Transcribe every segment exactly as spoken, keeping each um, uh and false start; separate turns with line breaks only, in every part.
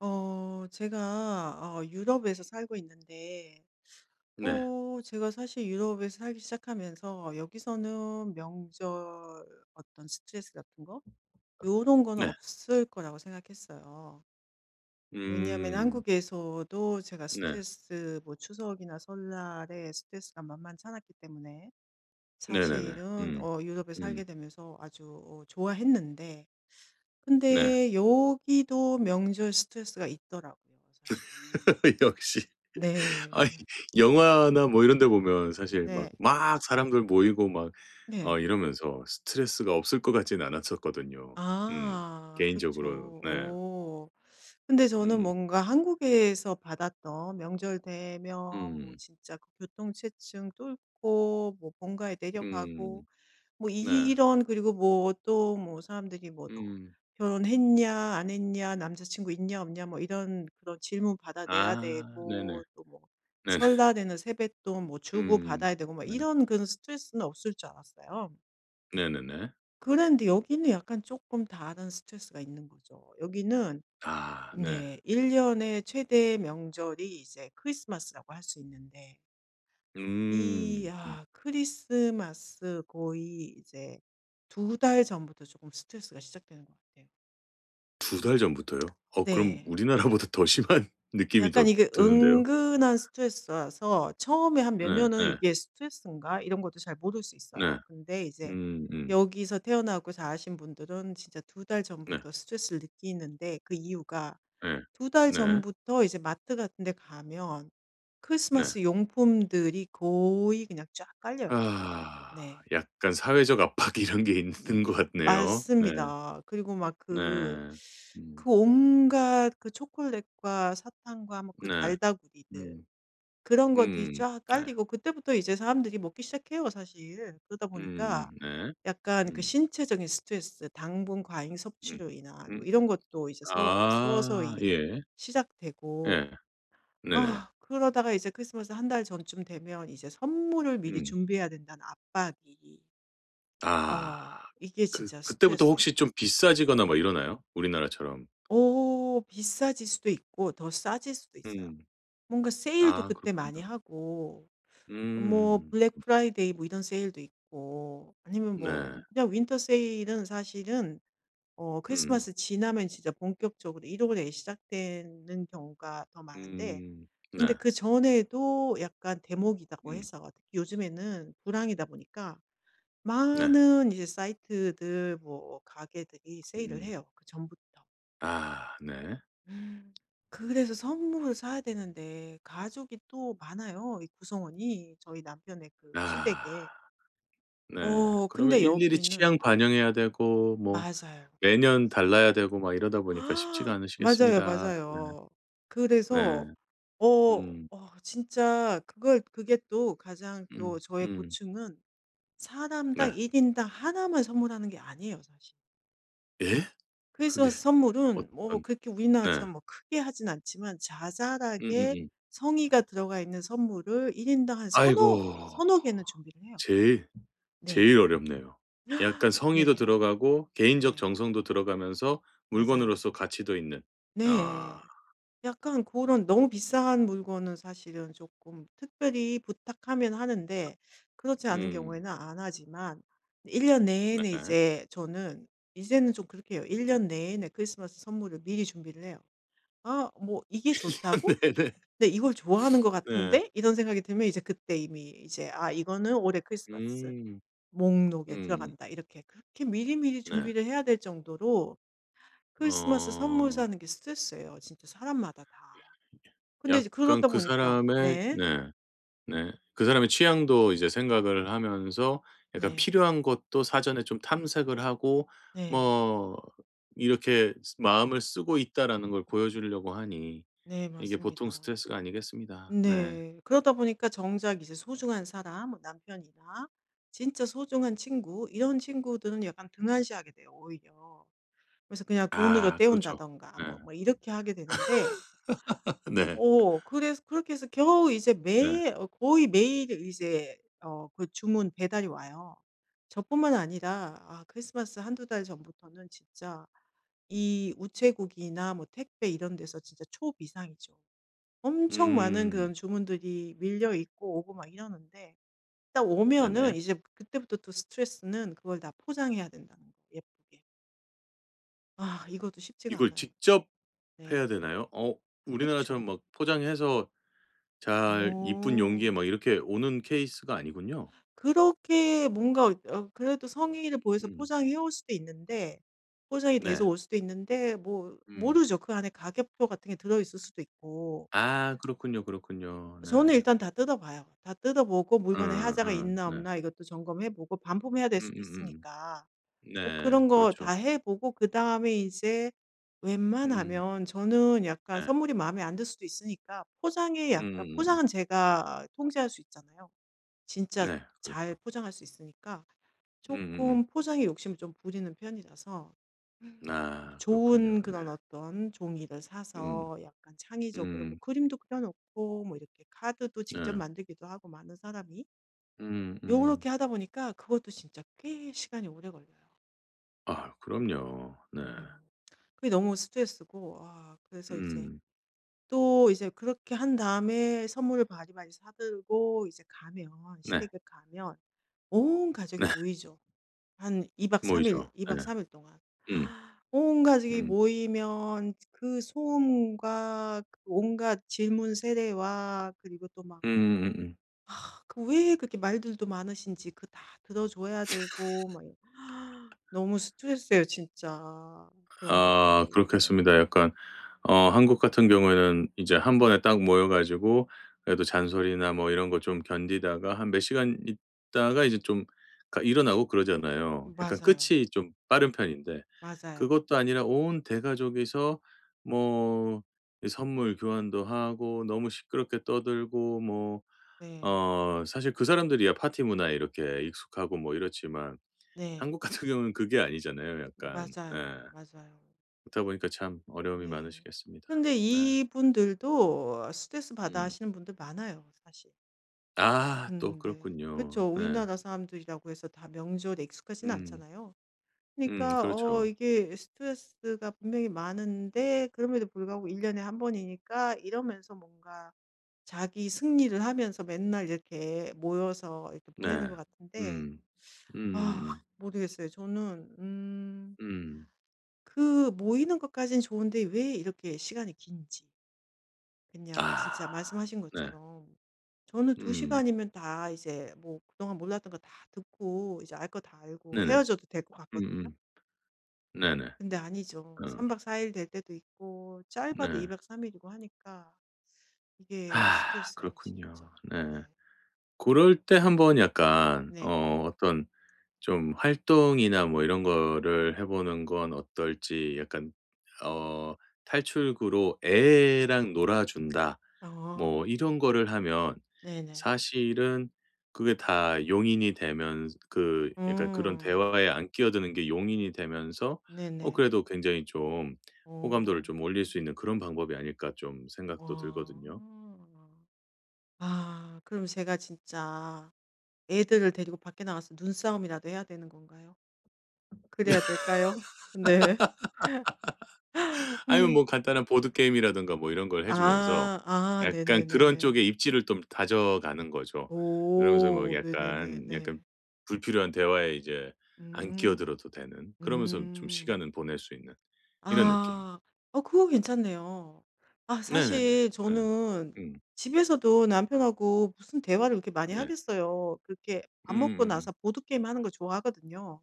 어 제가 어 유럽에서 살고 있는데
네.
어 제가 사실 유럽에서 살기 시작하면서 여기서는 명절 어떤 스트레스 같은 거 요런 거는
네.
없을 거라고 생각했어요. 왜냐하면
음.
한국에서도 제가
네.
스트레스 뭐 추석이나 설날에 스트레스가 만만치 않았기 때문에
네네네.
사실은
음.
어 유럽에
음.
살게 되면서 아주 어 좋아했는데
네.
근데 여기도 명절 스트레스가 있더라고요, 사실은.
역시.
네.
아, 영화나 뭐 이런 데 보면 사실 막
네.
막 사람들 모이고 막 어
네.
이러면서 스트레스가 없을 것 같진 않았었거든요. 음.
아, 그쵸.
개인적으로 네.
어. 근데 저는
음.
뭔가 한국에서 받았던 명절 되면 뭐
음.
진짜 그 교통체증 뚫고 뭐 본가에 내려가고
음.
뭐
네.
이런, 그리고 뭐 또 뭐 사람들이 뭐 "너
음.
결혼했냐? 안 했냐? 남자친구 있냐? 없냐?" 뭐 이런 그런 질문 받아내야
아, 네네.
되고, 또 뭐
네네.
설날에는 세뱃돈 뭐 주고
음.
받아야 되고 막
네.
이런 그런 스트레스는 없을 줄 알았어요.
네네네.
그런데 여기는 약간 조금 다른 스트레스가 있는 거죠. 여기는
아 네.
네, 일 년의 최대 명절이 이제 크리스마스라고 할 수 있는데 이
음.
아 크리스마스 거의 이제 두 달 전부터 조금 스트레스가 시작되는 것 같아요.
두 달 전부터요? 어, 그럼
네.
우리나라보다 더 심한 느낌이
약간
더
이게
드는데요.
은근한 스트레스라서 처음에 한 몇
예
년은
예.
'이게 스트레스인가?' 이런 것도 잘 모를 수
네.
있어요. 근데 이제
음음.
여기서 태어나고 자라신 분들은 진짜 두 달
네.
전부터 스트레스를 느끼는데 그 이유가,
예.
두 달
네.
전부터 이제 마트 같은 데 가면
네.
크리스마스 용품들이 거의 그냥 쫙 깔려요.
아,
네.
약간 사회적 압박 이런 게 있는
음
것
음,
같네요. 네.
맞습니다. 그리고 막 그
네. 음.
그 온갖 그 초콜릿과 사탕과 뭐 그
네.
달다구리들,
음.
그런 것들이
음음.
쫙
네.
깔리고 그때부터 이제 사람들이 먹기 시작해요, 사실. 그러다
음음.
보니까
네.
약간 그
음.
신체적인 스트레스, 당분 과잉
음.
섭취로 인한
음.
뭐 이런 것도 이제 서
아
서서히
예.
시작되고,
예. 네네.
아 그러다가 이제 크리스마스 한 달 전쯤 되면 이제 '선물을 미리
음.
준비해야 된다.'는 압박이,
아,
어 이게
그
진짜
그때부터
스트레스예요.
혹시 좀 비싸지거나 막 이러나요? 우리나라처럼?
오, 비싸질 수도 있고 더 싸질 수도 있어요.
음.
뭔가 세일도
아,
그때 많이
그렇군요.
하고 뭐
음. 음.
블랙 프라이데이 뭐 이런 세일도 있고, 아니면
네.
뭐 그냥 윈터 세일은 사실은 어
음.
크리스마스 지나면 진짜 본격적으로 일 월에 시작되는 경우가 더 많은데,
음. 네.
근데 그전에도 약간 대목이라고
음.
해서 특히 요즘에는 불황이다 보니까
네.
많은 이제 사이트들 뭐 가게들이 세일을
음.
해요, 그전부터.
아 네.
그래서 선물을 사야 되는데 가족이 또 많아요, 이 구성원이 저희 남편의 그
아
시댁에.
네.
어
그러면
근데
일일이 취향
여기는
반영해야 되고 뭐
맞아요.
매년
맞아요.
달라야 되고 막 이러다 보니까 쉽지가
맞아요,
않으시겠습니다.
맞아요. 그래서
네.
어
음.
어 진짜 그걸 그게 또 가장 또
음.
저의
음.
고충은,
네.
사람당 일 인당 하나만 선물하는 게 아니에요, 사실.
예? 그게
크리스마스 선물은 뭐
어떤
그렇게
네.
우리나라처럼 뭐 크게 하진 않지만 자잘하게
음음음.
성의가 들어가 있는 선물을 일 인당 한 서너 개,
아이고.
서너 개는 준비를 해요.
제일
네.
제일 어렵네요. 약간 성의도
네.
들어가고 개인적
네.
정성도 들어가면서
맞아요.
물건으로서 가치도 있는. 아.
네. 약간 그런 너무 비싼 물건은 사실은 조금 특별히 부탁하면 하는데 그렇지 않은
음.
경우에는 안 하지만, 일 년
네.
내내 이제 저는 이제는 좀 그렇게 해요. 1
음.
년 내내 크리스마스 선물을 미리 준비를 해요. '아 뭐 이게 좋다고?
네네.
근데 이걸 좋아하는 것
네.
같은데?' 이런 생각이 들면 이제 그때 이미 이제 '아 이거는 올해 크리스마스
음.
목록에
음.
들어간다.' 이렇게 그렇게 미리미리
네.
준비를 해야 될 정도로 크리스마스 선물
어.
사는 게 스트레스예요 진짜, 사람마다 다. 근데 이제
약간
그러다
그
보니까
사람의
네.
네. 네. 그 사람의 취향도 이제 생각을 하면서 약간
네.
필요한 것도 사전에 좀 탐색을 하고
네.
뭐 이렇게 '마음을 쓰고 있다.'라는 걸 보여주려고 하니
네.
이게 보통
맞습니다.
스트레스가 아니겠습니다. 네.
네. 그러다 보니까 정작 이제 소중한 사람 뭐 남편이나 진짜 소중한 친구 이런 친구들은 약간 등한시하게 돼요, 오히려. 그래서 그냥 돈으로
아 그렇죠.
때운다든가
네.
뭐 뭐 이렇게 하게 되는데
네.
오, 그래서 그렇게 해서 겨우 이제
네.
매 어 거의 매일 이제 어 그 주문 배달이 와요. 저뿐만 아니라 아 크리스마스 한두 달 전부터는 진짜 이 우체국이나 뭐 택배 이런 데서 진짜 초비상이죠. 엄청 많은
음
그런 주문들이 밀려 있고 오고 막 이러는데 딱
네네.
오면은 이제 그때부터 또 스트레스는 그걸 다 포장해야 된다는 거, 예쁘게. 아, 이것도 쉽지가
이걸
않아요.
직접 해야
네.
되나요? 어, 우리나라처럼
그쵸.
막 포장해서 잘 이쁜 용기에
오,
막 이렇게 오는 케이스가 아니군요.
그렇게 뭔가 어 그래도 성의를 보여서
음
포장해 올 수도 있는데 포장이 돼서
네.
올 수도 있는데 뭐
음.
모르죠. 그 안에 가격표 같은 게 들어 있을 수도 있고.
아 그렇군요, 그렇군요. 네.
저는 일단 다 뜯어봐요. 다 뜯어보고
어, 어, 네.
물건에
음
하자가
음
있나
네.
없나 이것도 점검해 보고 반품해야 될 수도
음음음.
있으니까 뭐
네.
그런 거 다
그렇죠.
해보고, 그다음에 이제
음
웬만하면 저는 약간
네.
선물이 마음에 안 들 수도 있으니까 포장에 약간
음음음.
포장은 제가 통제할 수 있잖아요. 진짜
네.
잘
그렇죠.
포장할 수 있으니까
음음음.
조금 포장에 욕심을 좀 부리는 편이라서 음.
아, 그렇군요.
좋은
네.
그런 어떤 종이를
음.
사서 약간 창의적으로 뭐
음.
그림도 그려 놓고 뭐 이렇게 카드도 직접
네.
만들기도 하고, 많은 사람이
음 음.
요렇게 하다 보니까 그것도 진짜 꽤 시간이 오래 걸려요.
아 그럼요. 네.
음. 그게 너무 스트레스고, 아 그래서 이제
음.
또 이제 그렇게 한 다음에 선물을 바리바리 사 들고 이제 가면
네.
시댁에 가면 온 가족이 모이죠. 한 이 박 삼
모이죠.
일, 이 박
네.
삼 일 동안.
음.
온가족이
음.
모이면 그 소음과 그 온갖 질문 세례와, 그리고 또 막
음음음.
아 그 왜 그렇게 말들도 많으신지 그 다 들어 줘야 되고 막 이런 너무 스트레스예요 진짜, 그런
아,
것들이. 네네.
그렇겠습니다. 약간 어, 한국 같은 경우에는 이제 한 번에 딱 모여 가지고 그래도 잔소리나 뭐 이런 거 좀 견디다가 한 몇 시간 있다가 이제 좀 가 일어나고 그러잖아요. 약간
맞아요.
끝이 좀 빠른 편인데
맞아요.
그것도 아니라 온 대가족이서 뭐 이 선물 교환도 하고 너무 시끄럽게 떠들고 뭐
네.
어 사실 그 사람들이야 파티 문화에 이렇게 익숙하고 뭐 이렇지만
네.
한국 같은 경우는 그게 아니잖아요 약간.
맞아요.
예.
맞아요.
그렇다 보니까 참 어려움이
네.
많으시겠습니다.
근데
네.
이분들도 스트레스 받아
음.
하시는 분들 많아요, 사실.
아 또
근데
그렇군요.
그쵸.
네.
우리나라 사람들이라고 해서 다 명절에 익숙하지는
음.
않잖아요.
음
그러니까 어
그렇죠.
이게 스트레스가 분명히 많은데 그럼에도 불구하고 일 년에 한 번이니까, 이러면서 뭔가 자기 승리를 하면서 맨날 이렇게 모여서 이렇게 보내는
네.
것 같은데.
음.
아
음음음.
모르겠어요. 저는 음
음.
그 모이는 것까진 좋은데 왜 이렇게 시간이 긴지. 그냥
아
진짜 말씀하신
네.
것처럼 저는 두
음.
시간이면 다 이제 뭐 그동안 몰랐던 거 다 듣고 이제 알 거 다 알고
네네.
헤어져도 될 것 같거든요.
음음. 네네.
근데 아니죠.
어
삼 박 사 일 될 때도 있고 짧아도 2
네.
박 삼 일이고 하니까 이게
아,
스트레스예요
그렇군요.
진짜.
네.
네.
고럴 때 한번 약간
네.
어 어떤 좀 활동이나 뭐 이런 거를 해 보는 건 어떨지 약간 어 탈출구로 "애랑 놀아 준다." 뭐
어.
이런 거를 하면
네네.
사실은 그게 다 용인이 되면 그 약간 그런
음.
대화에 안 끼어드는 게 용인이 되면서 어
네네.
그래도 굉장히 좀 호감도를
어.
좀 올릴 수 있는 그런 방법이 아닐까 좀 생각도 들거든요.
와. 아 그럼 제가 진짜 애들을 데리고 밖에 나가서 눈싸움이라도 해야 되는 건가요? 그래야 될까요? 네.
아니면
음.
뭐 간단한 보드 게임이라든가 뭐 이런 걸 해 주면서
아. 아
약간 그런 쪽에
네네네.
입지를 좀 다져가는 거죠. 그러면서 뭐
오. 네네네
약간, 약간
네.
불필요한 대화에 이제 안
음.
끼어들어도 되는 그러면서 좀
음.
시간은 보낼 수 있는 이런 느낌.
아. 어 그거 괜찮네요. 아
네네네.
사실
예.
저는
음.
집에서도 남편하고 무슨 대화를 그렇게 많이
네.
하겠어요. 그렇게 밥 먹고
음음음.
나서 보드게임 하는 거 좋아하거든요.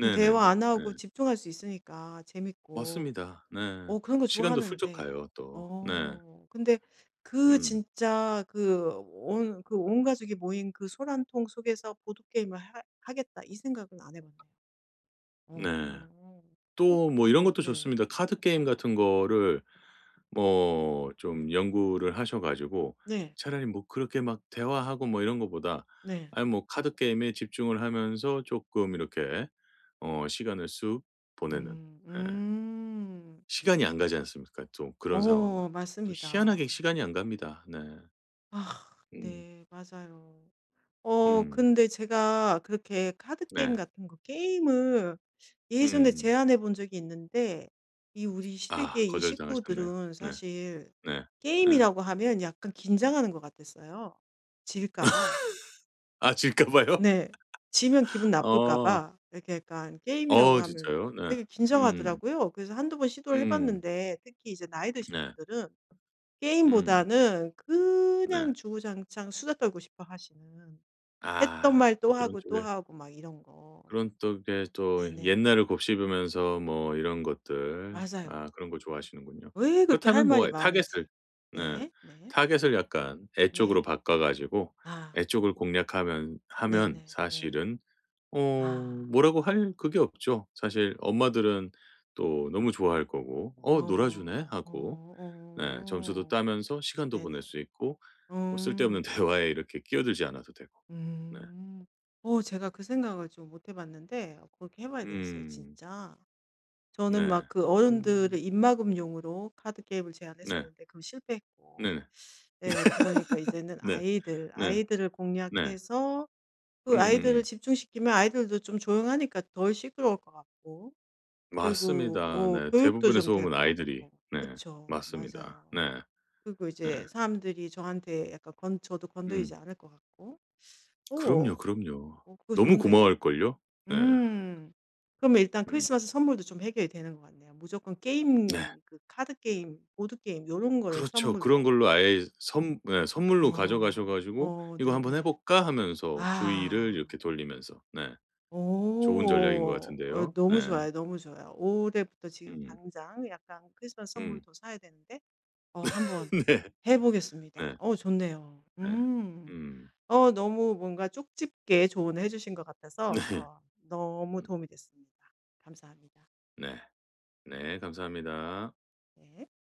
그럼
네네네.
대화 안
네.
하고 집중할 수 있으니까 재밌고.
맞습니다. 네.
어 그런 거
시간도 훌쩍
좋아하는데
가요 또. 네.
어 근데 그
음.
진짜 그 온 그 온 가족이 모인 그 소란통 속에서 보드게임을 하 하겠다 이 생각은 안해 봤네요.
네.
어. 꼭
또 뭐 이런
그거
것도
네.
좋습니다. 카드 게임 같은 거를 뭐 좀 연구를 하셔 가지고
네.
차라리 뭐 그렇게 막 대화하고 뭐 이런 것보다
네.
아니 뭐 카드 게임에 집중을 하면서 조금 이렇게 어 시간을 쑥 보내는
음.
예.
음.
시간이 안 가지 않습니까 또 그런 상황은.
어
또 희한하게
맞습니다.
시간이 안 갑니다. 네.
아
음.
네. 맞아요. 어
음.
근데 제가 그렇게 카드 게임
네.
같은 거 게임을 예전에
음.
제안해 본 적이 있는데 이 우리
아,
시댁의 이
거절당하셨네요.
식구들은
네.
사실
네. 예.
게임이라고 하면 약간 긴장하는 것 같았어요. 질까 봐.
아, 질까 봐요?
네. 지면 기분 나쁠까
어.
봐. 이렇게 약간 게임이라고
어,
하면
진짜요? 네.
되게
음.
긴장하더라고요. 그래서 한두 번 시도를 해
음.
봤는데 특히 이제 나이 드신
네.
분들은
음.
게임보다는
네.
그냥 주구장창 수다 떨고 싶어 하시는, 했던
아
말
또
또
그런
하고 또
쪽에
하고 막 이런 거.
그런 쪽에 또
네네.
옛날을 곱씹으면서 뭐 이런 것들 아,
맞아요.
그런 거 좋아하시는군요.
왜 그렇게 할
그렇다면
말이
뭐 타겟을
많은지.
네
네. 네.
타겟을 약간 애 쪽으로
네.
바꿔 가지고
아.
애 쪽을 공략하면 하면
네네. 네.
사실은 어
아.
뭐라고 할 그게 없죠. 사실 엄마들은 또 너무 좋아할 거고 '어, 놀아주네.'
어.
하고
어.
네 점수도
어.
따면서 시간도 보낼
네네.
수 있고 뭐 쓸데없는
음.
대화에 이렇게 끼어들지 않아도 되고. 네.
음. 어 제가 그 생각을 좀 못해 봤는데 어 그렇게 해 봐야 되겠어요
음.
진짜. 저는 막
네.
그
음.
어른들의 입막음용으로 카드 게임을
네.
제안했었는데 그럼 실패했고.
네네.
예. 그러니까 이제는
네.
아이들,
네.
아이들을
네.
공략해서 그 아이들을
음음음.
집중시키면 아이들도 좀 조용하니까 덜 시끄러울 것 같고, 그리고
맞습니다.
어
네.
교육도
대부분의
좀 될
소음은
것
아이들이
같고.
네.
그쵸.
맞습니다.
맞아요.
네.
그리고
네.
이제 사람들이 저한테 약간 건 저도
음.
건드리지 않을 것 같고.
그럼요,
오.
그럼요.
어 그거
너무
좋은데요.
고마워할걸요? 네.
음. 그러면 일단
음.
크리스마스 선물도 좀 해결이 되는 것 같네요. 무조건
네.
게임 그 카드 게임, 보드 게임 요런 거를
그렇죠. 그런
선물로.
걸로 아예 선 예 선물로
어.
가져가셔 가지고
어
"이거 한번 해
네네.
볼까?" 하면서 주의를
아.
이렇게 돌리면서. 네. 좋은 전략인 것
오. 어
같은데요. 네.
너무 좋아요, 너무 좋아요. 올해부터 지금
음.
당장 약간 크리스마스
음.
선물도 사야 되는데 어 한번
네.
해 보겠습니다.
네.
어 좋네요.
네.
음.
음.
어 너무 뭔가 쪽집게 조언을 해 주신 것
네.
같아서 어 너무
음.
도움이 됐습니다. 감사합니다.
네. 네, 감사합니다.
네.